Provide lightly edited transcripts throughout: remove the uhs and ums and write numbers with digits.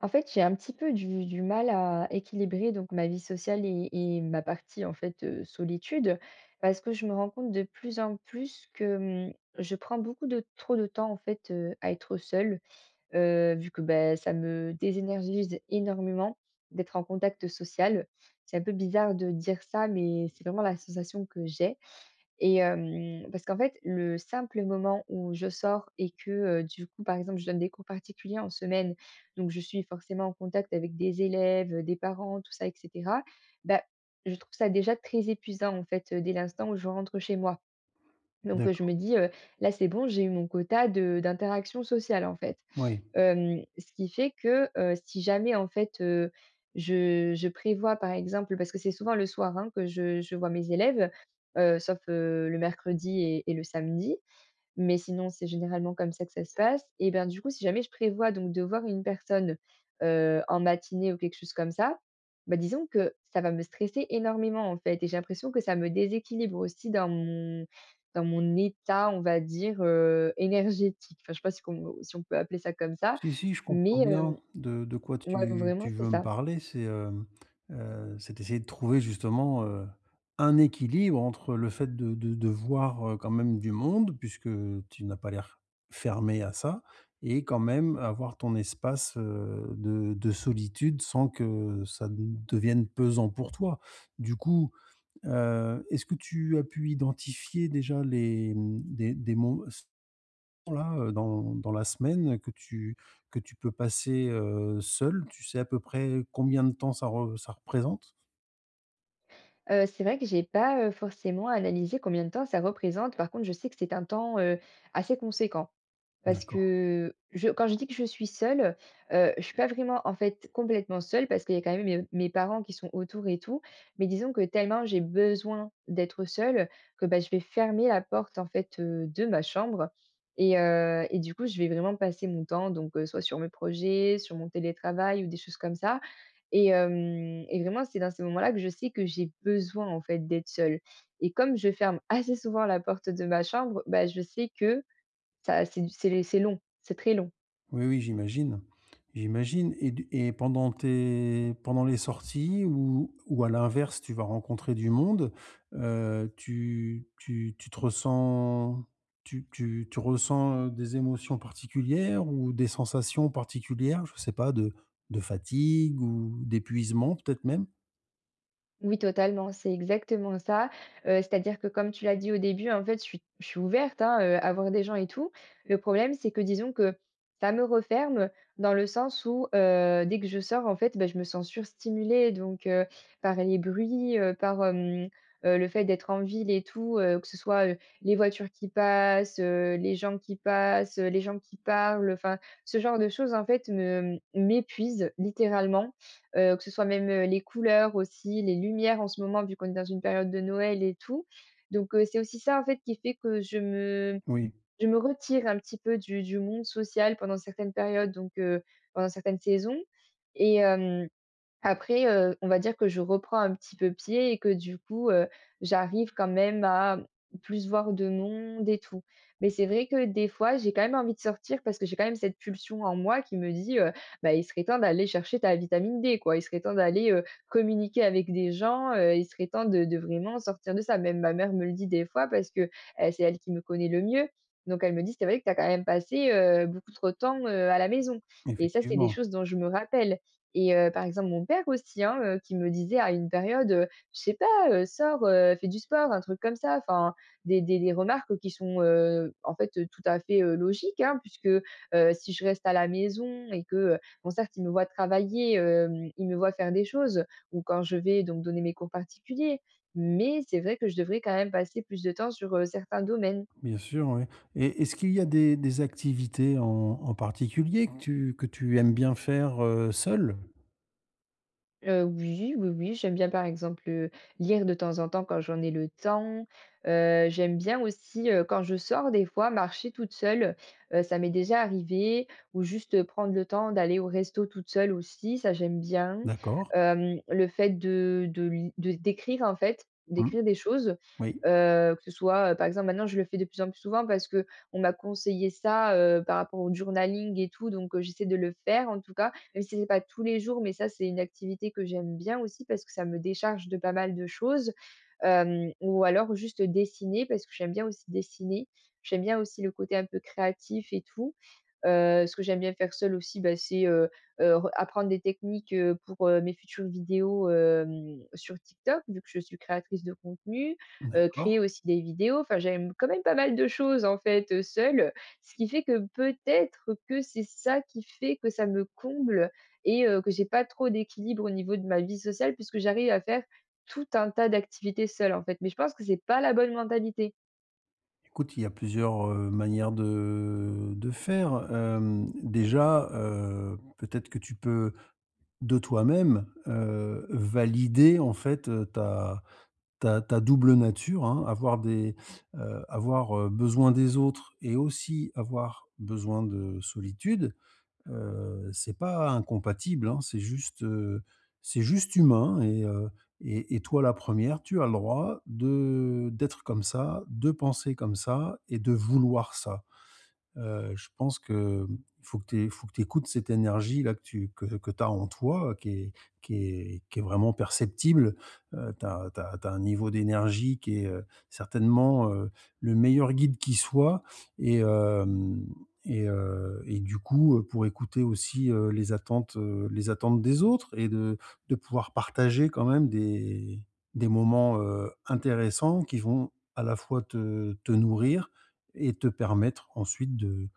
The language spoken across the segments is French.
En fait, j'ai un petit peu du mal à équilibrer donc ma vie sociale et ma partie en fait, solitude. Parce que je me rends compte de plus en plus que, je prends beaucoup de trop de temps en fait, à être seule, vu que, ça me désénergise énormément d'être en contact social. C'est un peu bizarre de dire ça, mais c'est vraiment la sensation que j'ai. Parce qu'en fait, le simple moment où je sors et que, par exemple, je donne des cours particuliers en semaine, donc je suis forcément en contact avec des élèves, des parents, tout ça et cetera. Bah, je trouve ça déjà très épuisant, en fait, dès l'instant où je rentre chez moi. Donc, je me D'accord, dis, «Là, c'est bon, j'ai eu mon quota de d'interactions sociales, en fait». oui. Ce qui fait que, si jamais en fait, je prévois par exemple parce que c'est souvent le soir, hein, que je vois mes élèves, sauf, le mercredi et le samedi mais sinon, c'est généralement comme ça que ça se passe et ben, du coup, si jamais je prévois donc de voir une personne, en matinée ou quelque chose comme ça, disons que ça va me stresser énormément, en fait et j'ai l'impression que ça me déséquilibre aussi dans mon état, on va dire, énergétique. Enfin, je sais pas si on peut appeler ça comme ça, Si, si, je mais comprends hem, bien de quoi ouais, tu vraiment, tu c'est veux me ça. parler. C'est, c'est essayer de trouver justement, un équilibre entre le fait de voir, quand même du monde, puisque tu n'as pas l'air fermé à ça et quand même avoir ton espace, de solitude sans que ça ne devienne pesant pour toi. Du coup, est-ce que tu as pu identifier déjà les, mmh, des moments là, dans la semaine que tu peux passer, seule? Tu sais à peu près combien de temps ça représente? C'est vrai que j'ai pas, forcément analysé combien de temps ça représente. Par contre, je sais que c'est un temps, assez conséquent. Parce D'accord. que je quand je dis que je suis seule, je suis pas vraiment, en fait, complètement seule parce qu'il y a quand même mes parents qui sont autour et tout. Mais disons que tellement j'ai besoin d'être seule que, je vais fermer la porte, en fait, de ma chambre et du coup, je vais vraiment passer mon temps donc soit sur mes projets, sur mon télétravail ou des choses comme ça et vraiment, c'est dans ces moments-là que je sais que j'ai besoin, en fait, d'être seule et comme je ferme assez souvent la porte de ma chambre, je sais que, ça c'est du c'est long, c'est très long. Oui, oui, j'imagine, j'imagine et du et pendant tes pendant les sorties ou à l'inverse, tu vas rencontrer du monde, tu tu tu te ressens tu tu tu ressens, des émotions particulières ou des sensations particulières? Je ne sais pas de de fatigue ou d'épuisement peut-être même? Oui, totalement, c'est exactement ça, c'est-à-dire que comme tu l'as dit au début, en fait, je suis ouverte, hein, à voir des gens et tout. Le problème, c'est que disons que ça me referme dans le sens où, dès que je sors, en fait, je me sens surstimulée donc par les bruits, le fait d'être en ville et tout, que ce soit, les voitures qui passent, les gens qui passent, les gens qui parlent, enfin, ce genre de choses, en fait, me m'épuisent littéralement que ce soit même, les couleurs aussi, les lumières en ce moment vu qu'on est dans une période de Noël et tout. Donc, c'est aussi ça en fait qui fait que je me Oui, je me retire un petit peu du monde social pendant certaines périodes donc, pendant certaines saisons et hem après, on va dire que je reprends un petit peu pied et que du coup, j'arrive quand même à plus voir de monde et tout. Mais c'est vrai que des fois, j'ai quand même envie de sortir parce que j'ai quand même cette pulsion en moi qui me dit, «Bah, il serait temps d'aller chercher ta vitamine D, quoi. Il serait temps d'aller, communiquer avec des gens, il serait temps de vraiment sortir de ça». Même ma mère me le dit des fois parce que, c'est elle qui me connaît le mieux. Donc elle me dit: «C'est vrai que tu as quand même passé, beaucoup trop de temps, à la maison» et ça, c'est des effectivement. choses dont je me rappelle. Et par exemple, mon père aussi, hein, qui me disait à une période, «Je sais pas, sors, fais du sport», un truc comme ça. Enfin, des remarques qui sont, en fait, tout à fait, logiques, hein, puisque, si je reste à la maison et que, bon, certes, il me voit travailler, il me voit faire des choses ou quand je vais donner mes cours particuliers, mais c'est vrai que je devrais quand même passer plus de temps sur, certains domaines. Bien sûr, oui. Et est-ce qu'il y a des activités en en particulier que tu aimes bien faire, seule? Oui, oui, oui, j'aime bien, par exemple, lire de temps en temps quand j'en ai le temps. J'aime bien aussi, quand je sors des fois, marcher toute seule. Ça m'est déjà arrivé ou juste, prendre le temps d'aller au resto toute seule aussi, ça j'aime bien. D'accord. Le fait de li de d'écrire, en fait, Mmh. d'écrire des choses, Oui, que ce soit, par exemple, maintenant je le fais de plus en plus souvent parce que on m'a conseillé ça, par rapport au journaling et tout, donc j'essaie de le faire en tout cas même si c'est pas tous les jours, mais ça, c'est une activité que j'aime bien aussi parce que ça me décharge de pas mal de choses. Ou alors juste dessiner parce que j'aime bien aussi dessiner. J'aime bien aussi le côté un peu créatif et tout. Ce que j'aime bien faire seule aussi, c'est, re apprendre des techniques, pour, mes futures vidéos, sur TikTok, vu que je suis créatrice de contenu, créer d'accord. aussi des vidéos. Enfin, j'aime quand même pas mal de choses, en fait, seule. Ce qui fait que peut-être que c'est ça qui fait que ça me comble et que j'ai pas trop d'équilibre au niveau de ma vie sociale puisque j'arrive à faire tout un tas d'activités seule, en fait. Mais je pense que c'est pas la bonne mentalité. Écoute, il y a plusieurs, manières de faire. Déjà, peut-être que tu peux, de toi-même, valider, en fait, heu, ta double nature, hein. Avoir des, avoir, besoin des autres et aussi avoir besoin de solitude. C'est pas incompatible, hein, c'est juste humain et toi la première, tu as le droit de d'être comme ça, de penser comme ça et de vouloir ça. Je pense que faut que tu faut que écoutes cette énergie-là que tu as en toi, qui est qui est vraiment perceptible. Tu as un niveau d'énergie qui est, certainement, le meilleur guide qui soit et hem et du coup, pour écouter aussi, les attentes des autres et de pouvoir partager quand même des moments, intéressants qui vont à la fois te nourrir et te permettre ensuite de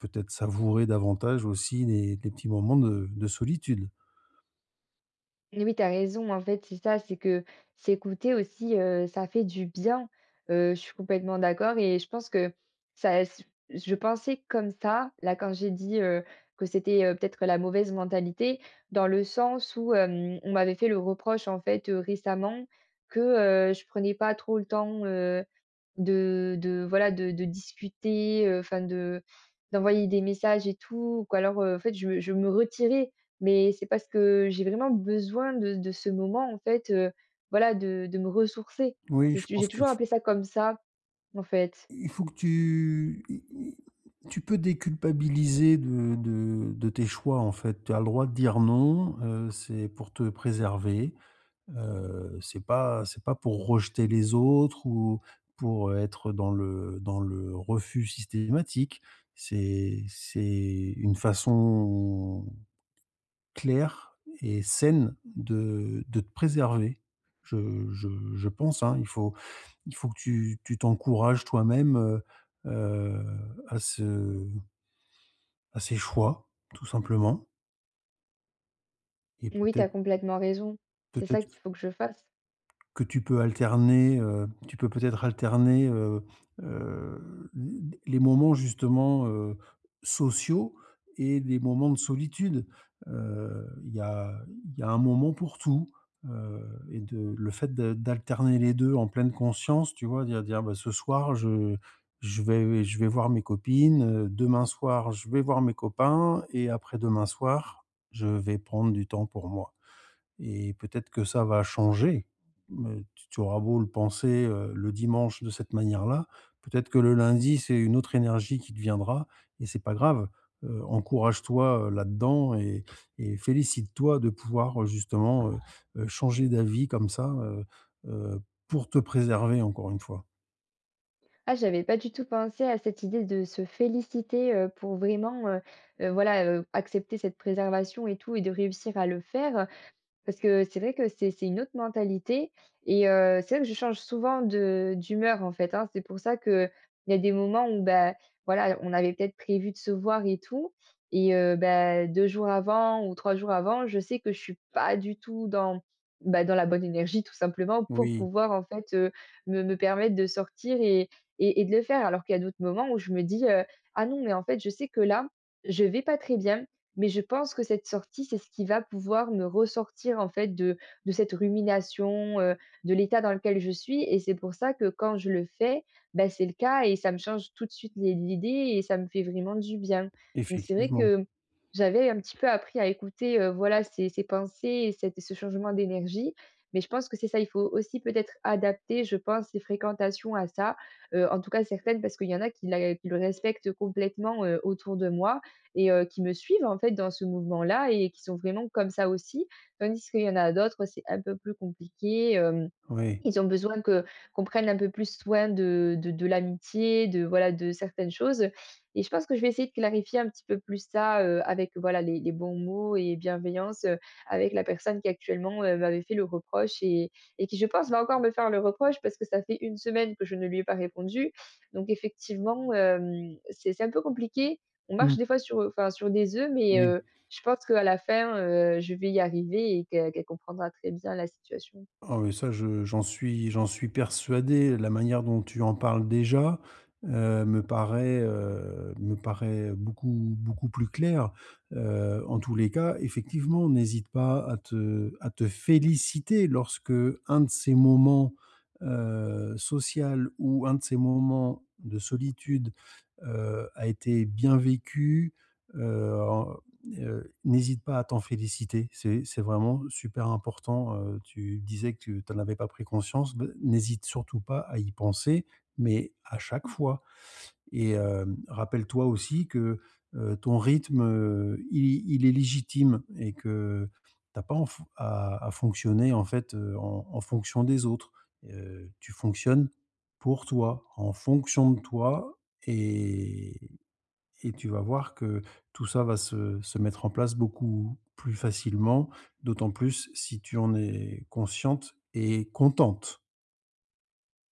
peut-être savourer davantage aussi les petits moments de solitude. Oui, tu as raison, en fait, c'est ça, c'est que s'écouter aussi, ça fait du bien. Je suis complètement d'accord et je pense que ça s je pensais comme ça, là, quand j'ai dit, que c'était, peut-être la mauvaise mentalité, dans le sens où, on m'avait fait le reproche, en fait, récemment que, je prenais pas trop le temps, de voilà, de discuter, enfin de d'envoyer des messages et tout, ou qu alors, en fait, je me retirais. Mais c'est parce que j'ai vraiment besoin de ce moment, en fait, voilà, de me ressourcer. Oui, C'est je j'ai pense qu'il toujours faut appelé ça comme ça, en fait. il faut que tu i i tu peux déculpabiliser de tes choix, en fait. Tu as le droit de dire non, c'est pour te préserver, c'est pas pour rejeter les autres ou pour être dans le refus systématique. C'est une façon claire et saine de te préserver. Je je pense, hein. Il faut que tu t'encourages toi-même, heu, à ce à ces choix, tout simplement et Oui, t'as peut-être complètement raison. C'est ça peut-être qu'il faut que je fasse. que tu peux alterner, tu peux peut-être alterner, heu, les moments justement, sociaux et les moments de solitude. Il y a il y a un moment pour tout, heu et de le fait de d'alterner les 2 en pleine conscience, tu vois? Dire: «Bah, ce soir, je vais voir mes copines, demain soir, je vais voir mes copains et après-demain soir, je vais prendre du temps pour moi» et peut-être que ça va changer. Mais tu auras beau le penser, le dimanche de cette manière-là, peut-être que le lundi, c'est une autre énergie qui te viendra et c'est pas grave. Encourage-toi, là-dedans et félicite-toi de pouvoir, justement, changer d'avis comme ça, heu, pour te préserver encore une fois. Ah, j'avais pas du tout pensé à cette idée de se féliciter, pour vraiment, voilà, accepter cette préservation et tout et de réussir à le faire. Parce que c'est vrai que c'est une autre mentalité et c'est vrai que je change souvent de d'humeur, en fait, hein. C'est pour ça que il y a des moments où, voilà, on avait peut-être prévu de se voir et tout et bah, 2 jours avant ou 3 jours avant, je sais que je suis pas du tout dans, bah, dans la bonne énergie tout simplement pour Oui, pouvoir, en fait, me permettre de sortir et de le faire. Alors qu'il y a d'autres moments où je me dis, «Ah non, mais en fait, je sais que là, je vais pas très bien, mais je pense que cette sortie, c'est ce qui va pouvoir me ressortir en fait de cette rumination, de l'état dans lequel je suis et c'est pour ça que quand je le fais, c'est le cas et ça me change tout de suite les l'idée et ça me fait vraiment du bien. Donc c'est vrai effectivement. que j'avais un petit peu appris à écouter, voilà ces pensées et cette ce changement d'énergie, mais je pense que c'est ça, il faut aussi peut-être adapter, je pense, les fréquentations à ça, en tout cas certaines parce qu'il y en a qui le respectent complètement, autour de moi et qui me suivent, en fait, dans ce mouvement-là et qui sont vraiment comme ça aussi. Tandis qu'il y en a d'autres, c'est un peu plus compliqué, hem Oui. ils ont besoin que qu'on prenne un peu plus soin de l'amitié, de voilà, de certaines choses, et je pense que je vais essayer de clarifier un petit peu plus ça, avec voilà les bons mots et bienveillance, avec la personne qui actuellement, m'avait fait le reproche et qui je pense va encore me faire le reproche parce que ça fait une semaine que je ne lui ai pas répondu. Donc effectivement, c'est un peu compliqué. On marche Mmh. des fois sur, enfin sur des œufs mais Oui. Je pense qu'à la fin, je vais y arriver et qu'elle comprendra très bien la situation. Ah oui, ça, je j'en suis persuadé. La manière dont tu en parles déjà, me paraît beaucoup beaucoup plus claire. En tous les cas, effectivement, n'hésite pas à te féliciter lorsque un de ces moments, social ou un de ces moments de solitude, a été bien vécu, heu, n'hésite pas à t'en féliciter, c'est vraiment super important, tu disais que tu en avais pas pris conscience, beh, n'hésite surtout pas à y penser, mais à chaque fois rappelle-toi aussi que, ton rythme, il est légitime et que tu as pas en fon à fonctionner en fait, en en fonction des autres. Tu fonctionnes pour toi, en fonction de toi et et tu vas voir que tout ça va se mettre en place beaucoup plus facilement, d'autant plus si tu en es consciente et contente.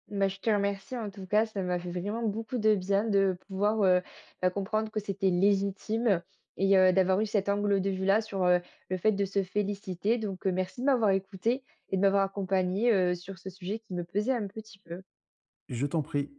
Bah, je te remercie en tout cas, ça m'a fait vraiment beaucoup de bien de pouvoir, bah, comprendre que c'était légitime et d'avoir eu cet angle de vue-là sur, le fait de se féliciter donc, merci de m'avoir écoutée et de m'avoir accompagnée, sur ce sujet qui me pesait un petit peu. Je t'en prie.